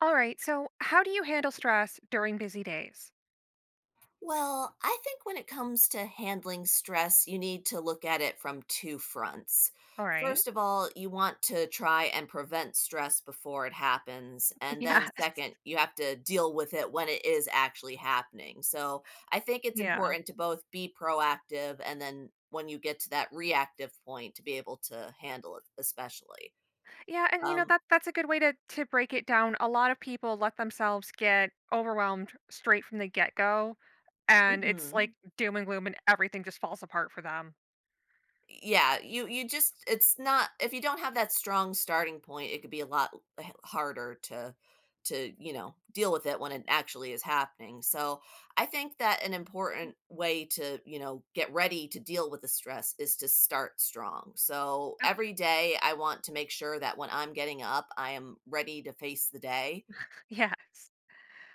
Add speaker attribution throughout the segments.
Speaker 1: All right. So, how do you handle stress during busy days?
Speaker 2: Well, I think when it comes to handling stress, you need to look at it from two fronts.
Speaker 1: All right.
Speaker 2: First of all, you want to try and prevent stress before it happens. And then,
Speaker 1: Yes.
Speaker 2: second, you have to deal with it when it is actually happening. So, I think it's
Speaker 1: Yeah.
Speaker 2: important to both be proactive and then when you get to that reactive point to be able to handle it, especially.
Speaker 1: Yeah, and you know
Speaker 2: Um,
Speaker 1: that's a good way to break it down. A lot of people let themselves get overwhelmed straight from the get-go, and it's like
Speaker 2: mhm.
Speaker 1: doom and gloom and everything just falls apart for them.
Speaker 2: Yeah, you just it's not if you don't have that strong starting point, it could be a lot h harder to to deal with it when it actually is happening. So, I think that an important way to, you know, get ready to deal with the stress is to start strong. So,
Speaker 1: Yep.
Speaker 2: every day I want to make sure that when I'm getting up, I am ready to face the day.
Speaker 1: Yes.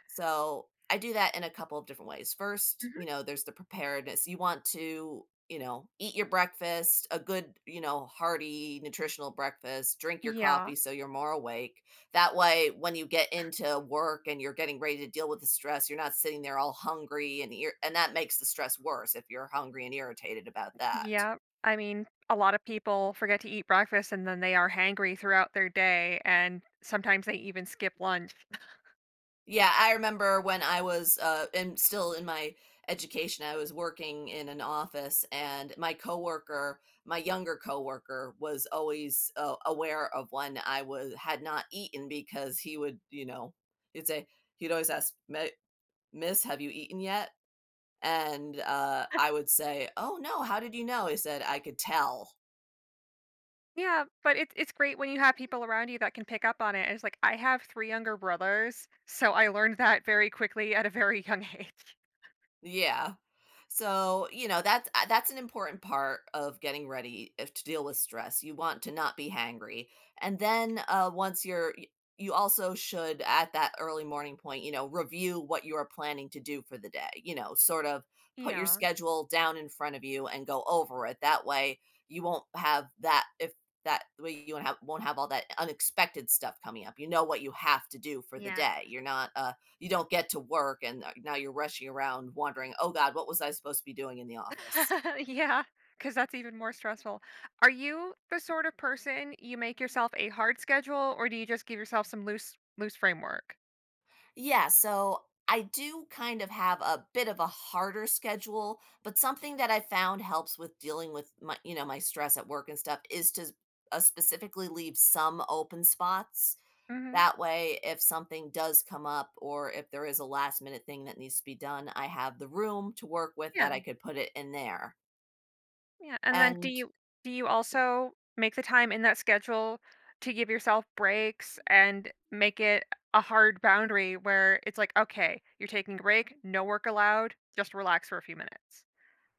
Speaker 2: So, I do that in a couple of different ways. First,
Speaker 1: Mhm.
Speaker 2: you know, there's the preparedness. You want to, you know, eat your breakfast, a good, you know, hearty, nutritional breakfast, drink your
Speaker 1: Yeah.
Speaker 2: coffee so you're more awake. That way, when you get into work and you're getting ready to deal with the stress, you're not sitting there all hungry and and that makes the stress worse if you're hungry and irritated about that.
Speaker 1: Yeah. I mean, a lot of people forget to eat breakfast and then they are hangry throughout their day and sometimes they even skip lunch.
Speaker 2: Yeah, I remember when I was, and still in my education, I was working in an office, and my coworker, my younger coworker, was always aware of when I was had not eaten because he would, you know, he'd say he'd always ask, "Miss, have you eaten yet?" And I would say, "Oh no, how did you know?" He said, "I could tell."
Speaker 1: Yeah, but it's great when you have people around you that can pick up on it. And it's like I have three younger brothers, so I learned that very quickly at a very young age.
Speaker 2: Yeah. So, you know, that's an important part of getting ready if to deal with stress. You want to not be hangry. And then once you also should at that early morning point, you know, review what you are planning to do for the day. You know, sort of put your
Speaker 1: Yeah.
Speaker 2: schedule down in front of you and go over it. You won't have that if that way you won't have all that unexpected stuff coming up. You know what you have to do for the
Speaker 1: Yeah.
Speaker 2: day. You're not you don't get to work and now you're rushing around wondering, "Oh god, what was I supposed to be doing in the office?"
Speaker 1: Yeah, because that's even more stressful. Are you the sort of person you make yourself a hard schedule, or do you just give yourself some loose framework?
Speaker 2: Yeah, so I do kind of have a bit of a harder schedule, but something that I found helps with dealing with my, you know, my stress at work and stuff is to specifically leave some open spots.
Speaker 1: Hmm.
Speaker 2: That way, if something does come up or if there is a last minute thing that needs to be done, I have the room to work with that
Speaker 1: Yeah.
Speaker 2: I could put it in there.
Speaker 1: Yeah, and then do
Speaker 2: And
Speaker 1: you also make the time in that schedule to give yourself breaks and make it a hard boundary where it's like, okay, you're taking a break, no work allowed, just relax for a few minutes.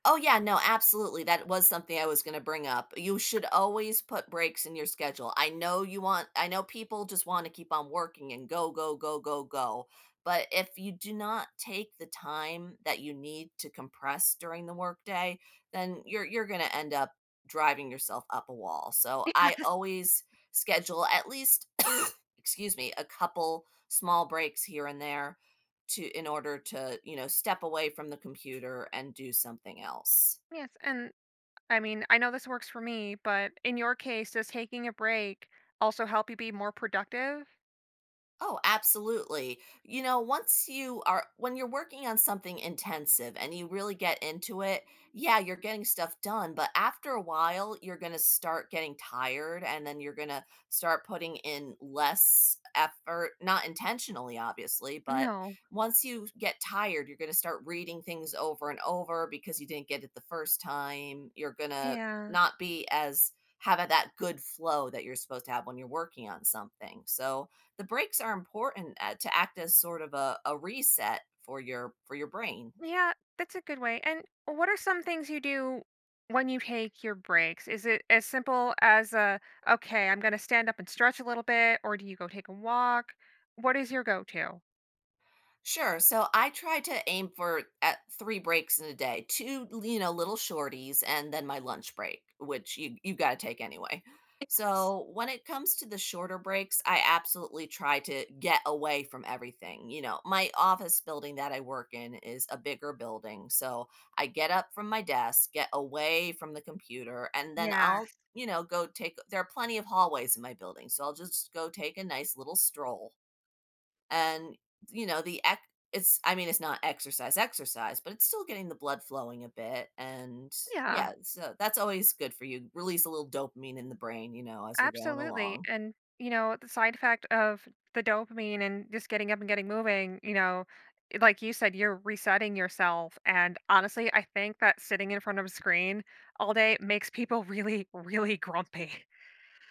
Speaker 2: Oh, yeah, no, absolutely, that was something I was gonna bring up. You should always put breaks in your schedule. I know people just wanna keep on working and go, go, go, go, go, but if you do not take the time that you need to compress during the workday, then you're gonna end up driving yourself up a wall, so I
Speaker 1: Yes.
Speaker 2: always schedule at least excuse me, a couple small breaks here and there, to in order to, you know, step away from the computer and do something else.
Speaker 1: Yes, and I mean, I know this works for me, but in your case, does taking a break also help you be more productive?
Speaker 2: Oh, absolutely. You know, once you are when you're working on something intensive and you really get into it, yeah, you're getting stuff done, but after a while, you're going to start getting tired and then you're going to start putting in less effort, not intentionally obviously, but
Speaker 1: No.
Speaker 2: once you get tired, you're going to start reading things over and over because you didn't get it the first time. You're going to
Speaker 1: Yeah.
Speaker 2: not be as have that good flow that you're supposed to have when you're working on something. So, the breaks are important to act as sort of a reset for your brain.
Speaker 1: Yeah, that's a good way. And what are some things you do when you take your breaks? Is it as simple as a, okay, I'm going to stand up and stretch a little bit, or do you go take a walk? What is your go-to?
Speaker 2: Sure. So I try to aim for at three breaks in a day, two, you know, little shorties, and then my lunch break, which you got to take anyway.
Speaker 1: S-
Speaker 2: So when it comes to the shorter breaks, I absolutely try to get away from everything. You know, my office building that I work in is a bigger building, so I get up from my desk, get away from the computer, and then I'll
Speaker 1: Yes.
Speaker 2: you know go take there are plenty of hallways in my building so I'll just go take a nice little stroll and you know it's I mean it's not exercise exercise but it's still getting the blood flowing a bit and
Speaker 1: Yeah,
Speaker 2: yeah so that's always good for you release a little dopamine in the brain you know as you're going
Speaker 1: absolutely.
Speaker 2: along.
Speaker 1: And, you know, the side effect of the dopamine and just getting up and getting moving, you know, like you said, you're resetting yourself. And honestly, I think that sitting in front of a screen all day makes people really, really grumpy.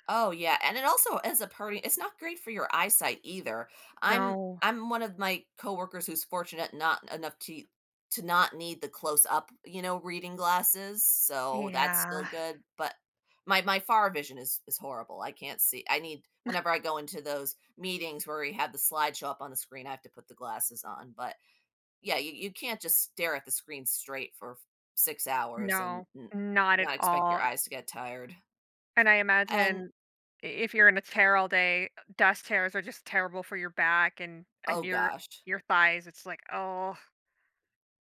Speaker 2: Oh, yeah, and it also as a party it's not great for your eyesight either.
Speaker 1: No.
Speaker 2: I'm one of my coworkers who's fortunate not enough to not need the close up, you know, reading glasses, so that's still
Speaker 1: Yeah.
Speaker 2: good, but my far vision is horrible. I can't see. I need whenever I go into those meetings where we have the slide show up on the screen, I have to put the glasses on, but yeah, you can't just stare at the screen straight for 6 hours and
Speaker 1: No, not at
Speaker 2: not expect your
Speaker 1: all.
Speaker 2: eyes to get tired.
Speaker 1: And I
Speaker 2: And
Speaker 1: imagine if you're in a chair all day, desk chairs are just terrible for your back and
Speaker 2: oh gosh.
Speaker 1: your thighs. It's like, oh,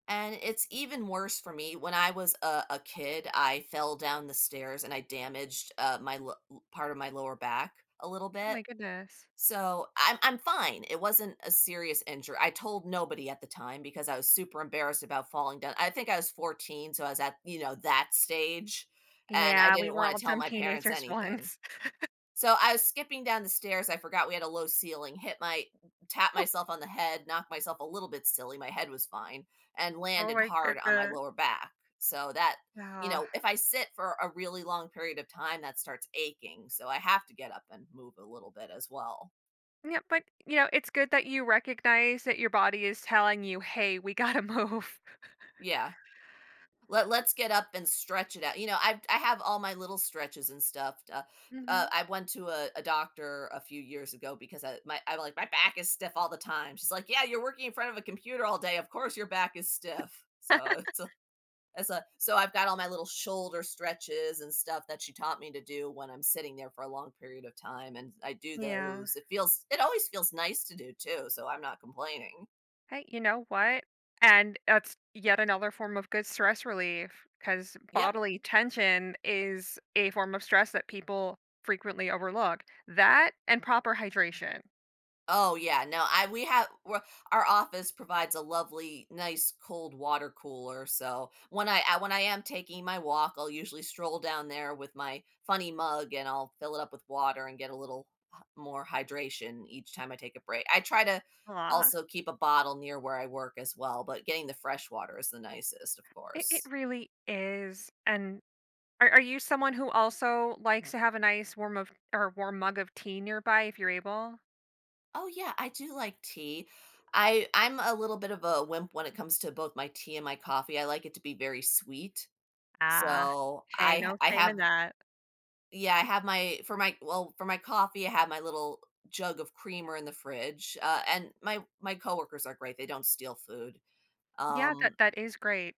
Speaker 2: And it's even worse for me. When I was a kid, I fell down the stairs and I damaged part of my lower back a little
Speaker 1: oh
Speaker 2: bit.
Speaker 1: my goodness.
Speaker 2: So I'm fine. It wasn't a serious injury. I told nobody at the time because I was super embarrassed about falling down. I think I was 14, so I was at you know that stage, and I
Speaker 1: Yeah, we
Speaker 2: didn't
Speaker 1: were
Speaker 2: want
Speaker 1: all
Speaker 2: to tell
Speaker 1: dumb
Speaker 2: my parents
Speaker 1: teenagers
Speaker 2: anything.
Speaker 1: once.
Speaker 2: So I was skipping down the stairs, I forgot we had a low ceiling, hit my tapped myself on the head, knocked myself a little bit silly, my head was fine, and
Speaker 1: Oh
Speaker 2: landed
Speaker 1: my
Speaker 2: hard on my
Speaker 1: goodness.
Speaker 2: lower back. So that, you
Speaker 1: Oh.
Speaker 2: know, if I sit for a really long period of time, that starts aching. So I have to get up and move a little bit as well.
Speaker 1: Yeah, but you know, it's good that you recognize that your body is telling you, "Hey, we gotta move."
Speaker 2: Yeah. Let's get up and stretch it out. You know, I have all my little stretches and stuff.
Speaker 1: Hmm.
Speaker 2: I went to a doctor a few years ago because I'm like my back is stiff all the time. She's like, yeah, you're working in front of a computer all day. Of course, your back is stiff. So it's a so I've got all my little shoulder stretches and stuff that she taught me to do when I'm sitting there for a long period of time, and I do
Speaker 1: Yeah.
Speaker 2: those. It always feels nice to do too. So I'm not complaining.
Speaker 1: Hey, you know what? And that's yet another form of good stress relief because
Speaker 2: Yep.
Speaker 1: bodily tension is a form of stress that people frequently overlook. That and proper hydration.
Speaker 2: Oh, yeah, no, I we're our office provides a lovely, nice cold water cooler, so when I when I am taking my walk, I'll usually stroll down there with my funny mug, and I'll fill it up with water and get a little h more hydration each time I take a break. I try to
Speaker 1: Aw,
Speaker 2: also keep a bottle near where I work as well, but getting the fresh water is the nicest, of
Speaker 1: it
Speaker 2: course.
Speaker 1: really is. And are you someone who also likes to have a nice warm of or warm mug of tea nearby if you're able?
Speaker 2: Oh, yeah, I do like tea. I'm a little bit of a wimp when it comes to both my tea and my coffee, I like it to be very sweet.
Speaker 1: Ah,
Speaker 2: So, I
Speaker 1: hey,
Speaker 2: h
Speaker 1: no
Speaker 2: I
Speaker 1: shame
Speaker 2: have
Speaker 1: in that.
Speaker 2: yeah, I have my for my well, for my coffee, I have my little jug of creamer in the fridge, and my coworkers are great, they don't steal food.
Speaker 1: Yeah, that
Speaker 2: Um,
Speaker 1: that is great.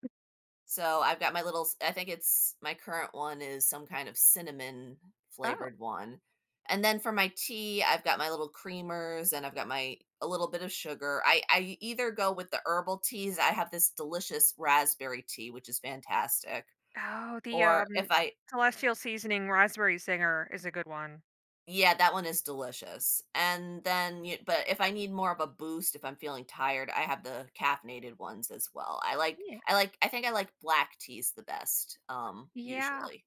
Speaker 2: so I've got my little s I think it's my current one is some kind of cinnamon
Speaker 1: Oh,
Speaker 2: flavored one, and then for my tea, I've got my little creamers and I've got my a little bit of sugar. I either go with the herbal teas, I have this delicious raspberry tea, which is fantastic,
Speaker 1: oh, the
Speaker 2: or if I
Speaker 1: celestial seasoning raspberry singer is a good one.
Speaker 2: Yeah, that one is delicious, and then you but if I need more of a boost, if I'm feeling tired, I have the caffeinated ones as well.
Speaker 1: Yeah.
Speaker 2: I think I like black teas the best,
Speaker 1: Yeah,
Speaker 2: usually.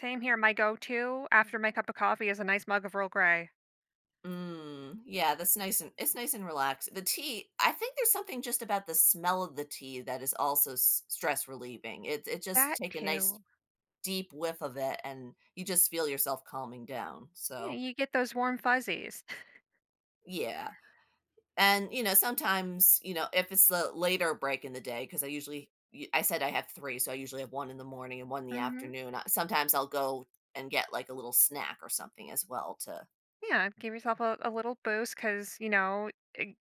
Speaker 1: same here. My go-to after my cup of coffee is a nice mug of Earl Grey.
Speaker 2: Mm, yeah, that's nice and it's nice and relaxed. The tea, I think there's something just about the smell of the tea that is also s stress relieving. It just
Speaker 1: That
Speaker 2: take a nice
Speaker 1: too.
Speaker 2: deep whiff of it, and you just feel yourself calming down,
Speaker 1: Yeah,
Speaker 2: so,
Speaker 1: you get those warm fuzzies.
Speaker 2: yeah. And, you know, sometimes, you know, if it's the later break in the day, because I usually, I said I have three, so I usually have one in the morning and one in the
Speaker 1: Mhm.
Speaker 2: afternoon. Sometimes I'll go and get like a little snack or something as well to.
Speaker 1: Yeah, give yourself a little boost because you know,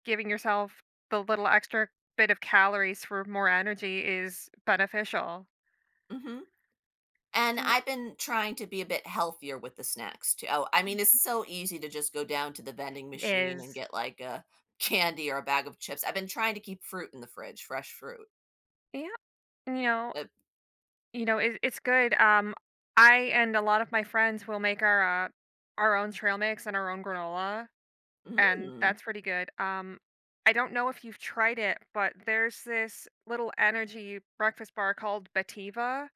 Speaker 1: giving yourself the little extra bit of calories for more energy is beneficial.
Speaker 2: hmm And
Speaker 1: So.
Speaker 2: I've been trying to be a bit healthier with the snacks too. Oh, I mean, it's
Speaker 1: Mhm.
Speaker 2: so easy to just go down to the vending
Speaker 1: It
Speaker 2: machine and
Speaker 1: is.
Speaker 2: get like a candy or a bag of chips. I've been trying to keep fruit in the fridge, fresh fruit.
Speaker 1: Yeah, you know,
Speaker 2: Uh,
Speaker 1: you know, it, it's good. I and a lot of my friends will make our own trail mix and our own granola. And
Speaker 2: mm,
Speaker 1: that's pretty good. I don't know if you've tried it, but there's this little energy breakfast bar called Bativa,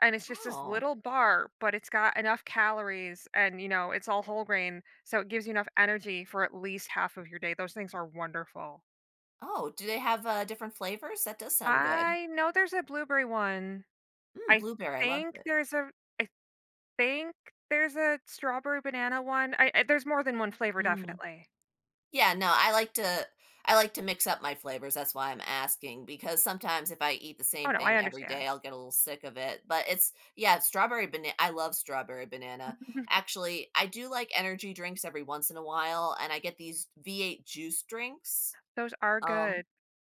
Speaker 1: and it's just this
Speaker 2: oh,
Speaker 1: little bar, but it's got enough calories and you know, it's all whole grain, so it gives you enough energy for at least half of your day. Those things are wonderful.
Speaker 2: oh, do they have different flavors? That does sound good.
Speaker 1: I know there's a blueberry one.
Speaker 2: Mm,
Speaker 1: I
Speaker 2: blueberry, I love
Speaker 1: think
Speaker 2: it.
Speaker 1: there's a I think there's a strawberry banana one. I there's more than one flavor
Speaker 2: Mm.
Speaker 1: definitely.
Speaker 2: Yeah, no, I like to mix up my flavors, that's why I'm asking, because sometimes if I eat the same
Speaker 1: Oh no, I
Speaker 2: thing every
Speaker 1: understand.
Speaker 2: day, I'll get a little sick of it, but it's yeah, strawberry banana. I love strawberry banana. Actually, I do like energy drinks every once in a while, and I get these V8 juice drinks.
Speaker 1: Those are
Speaker 2: Um,
Speaker 1: good.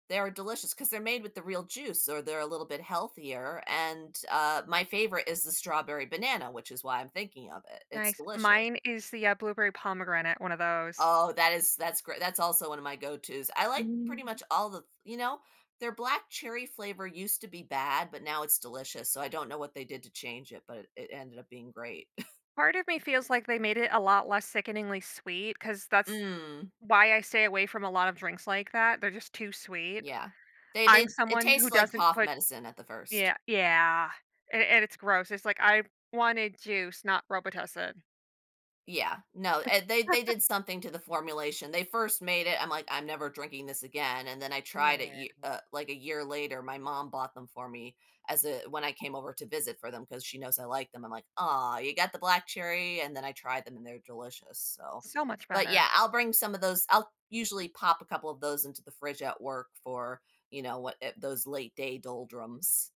Speaker 2: they're delicious because 'cause they're made with the real juice or they're a little bit healthier, and, my favorite is the strawberry banana, which is why I'm thinking of it. It's
Speaker 1: Nice.
Speaker 2: delicious.
Speaker 1: Mine is the, blueberry pomegranate, one of those.
Speaker 2: Oh, that's great. That's also one of my go-tos. I like pretty
Speaker 1: Mm.
Speaker 2: much all the their black cherry flavor used to be bad, but now it's delicious. So I don't know what they did to change it, but it ended up being great.
Speaker 1: Part of me feels like they made it a lot less sickeningly sweet, because that's
Speaker 2: Mm,
Speaker 1: why I stay away from a lot of drinks like that, they're just too sweet.
Speaker 2: yeah. They
Speaker 1: I'm
Speaker 2: they it
Speaker 1: someone who
Speaker 2: tasted like
Speaker 1: doesn't
Speaker 2: cough
Speaker 1: put.
Speaker 2: medicine at the first.
Speaker 1: Yeah, yeah, and it's gross, it's like, I wanted juice, not Robitussin.
Speaker 2: Yeah, no, they did something to the formulation. They first made it, I'm like, "I'm never drinking this again," and then I tried it
Speaker 1: Yeah.
Speaker 2: ye like, a year later, my mom bought them for me as a when I came over to visit for them because she knows I like them. I'm like, "Aw, you got the black cherry," and then I tried them, and they're delicious, so
Speaker 1: So much
Speaker 2: but,
Speaker 1: better.
Speaker 2: yeah, I'll usually pop a couple of those into the fridge at work for, you know, those late day doldrums.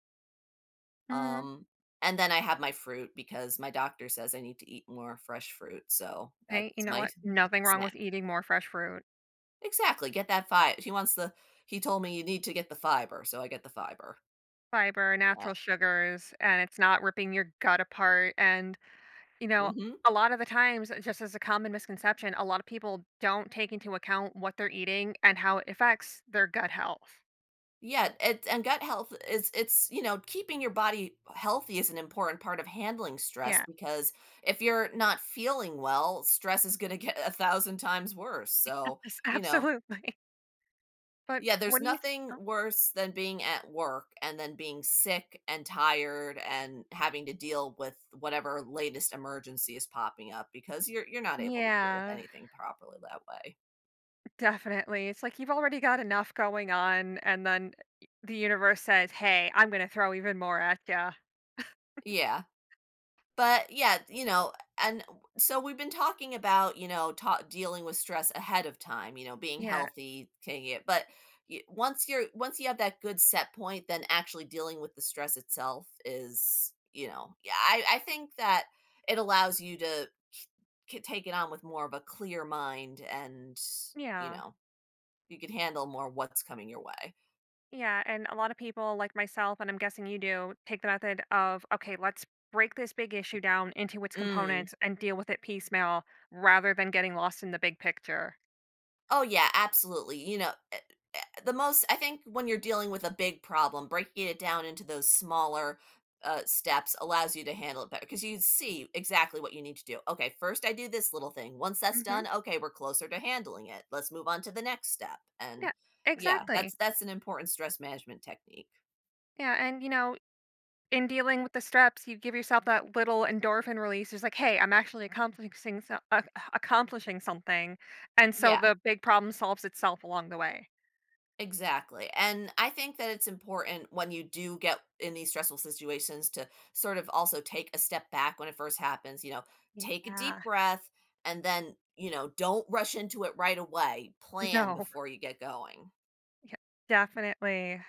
Speaker 1: Mhm.
Speaker 2: Um, and then I have my fruit because my doctor says I need to eat more fresh fruit, so
Speaker 1: Hey, you
Speaker 2: that's
Speaker 1: know
Speaker 2: my
Speaker 1: what? Nothing wrong
Speaker 2: snack.
Speaker 1: with eating more fresh fruit.
Speaker 2: Exactly, get that fiber. He wants the He told me you need to get the fiber, so I get the fiber.
Speaker 1: Fiber,
Speaker 2: Yeah,
Speaker 1: natural sugars, and it's not ripping your gut apart, and you know,
Speaker 2: mhm.
Speaker 1: a lot of the times, just as a common misconception, a lot of people don't take into account what they're eating and how it affects their gut health.
Speaker 2: Yeah, it and gut health is it's, you know, keeping your body healthy is an important part of handling stress
Speaker 1: Yes.
Speaker 2: because if you're not feeling well, stress is gonna get 1,000 times worse, so,
Speaker 1: Yes,
Speaker 2: you know.
Speaker 1: absolutely. But
Speaker 2: Yeah, there's
Speaker 1: what do you th-
Speaker 2: nothing
Speaker 1: oh,
Speaker 2: worse than being at work and then being sick and tired and having to deal with whatever latest emergency is popping up because you're not able to deal with
Speaker 1: yeah,
Speaker 2: anything properly that way.
Speaker 1: definitely. It's like you've already got enough going on and then the universe says, "Hey, I'm going to throw even more at you."
Speaker 2: Yeah. But yeah, you know, and so we've been talking about, you know, ta dealing with stress ahead of time, you know, being
Speaker 1: Yeah.
Speaker 2: healthy, taking it. But once you're once you have that good set point, then actually dealing with the stress itself is, you know, yeah, I think that it allows you to take it on with more of a clear mind and, you
Speaker 1: Yeah.
Speaker 2: know, you can handle more what's coming your way.
Speaker 1: Yeah, and a lot of people like myself, and I'm guessing you do, take the method of, okay, let's break this big issue down into its
Speaker 2: Mm.
Speaker 1: components and deal with it piecemeal rather than getting lost in the big picture.
Speaker 2: Oh, yeah, absolutely. You know, eh, the most I think when you're dealing with a big problem, breaking it down into those smaller steps allows you to handle it better because you see exactly what you need to do. Okay, first I do this little thing. Once that's done,
Speaker 1: Hmm.
Speaker 2: okay, we're closer to handling it. Let's move on to the next step. And
Speaker 1: Yeah,
Speaker 2: yeah,
Speaker 1: exactly.
Speaker 2: that's an important stress management technique.
Speaker 1: Yeah, and you know, in dealing with the steps, you give yourself that little endorphin release. It's like, hey, I'm actually accomplishing accomplishing something, and so
Speaker 2: Yeah.
Speaker 1: the big problem solves itself along the way.
Speaker 2: Exactly, and I think that it's important when you do get in these stressful situations to sort of also take a step back when it first happens, you know, take a
Speaker 1: Yeah.
Speaker 2: deep breath and then, you know, don't rush into it right away. Plan
Speaker 1: No,
Speaker 2: before you get going.
Speaker 1: yeah, definitely.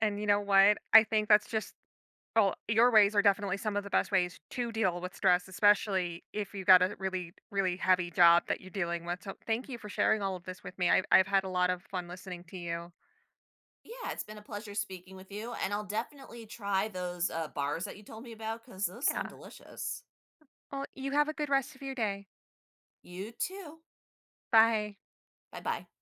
Speaker 1: And you know what? I think that's just. Oh, your ways are definitely some of the best ways to deal with stress, especially if you've got a really, really heavy job that you're dealing with. So thank you for sharing all of this with me. I've had a lot of fun listening to you.
Speaker 2: Yeah, it's been a pleasure speaking with you, and I'll definitely try those bars that you told me about because those sound
Speaker 1: Yeah.
Speaker 2: delicious.
Speaker 1: Well, you have a good rest of your day.
Speaker 2: You too.
Speaker 1: Bye.
Speaker 2: Bye bye.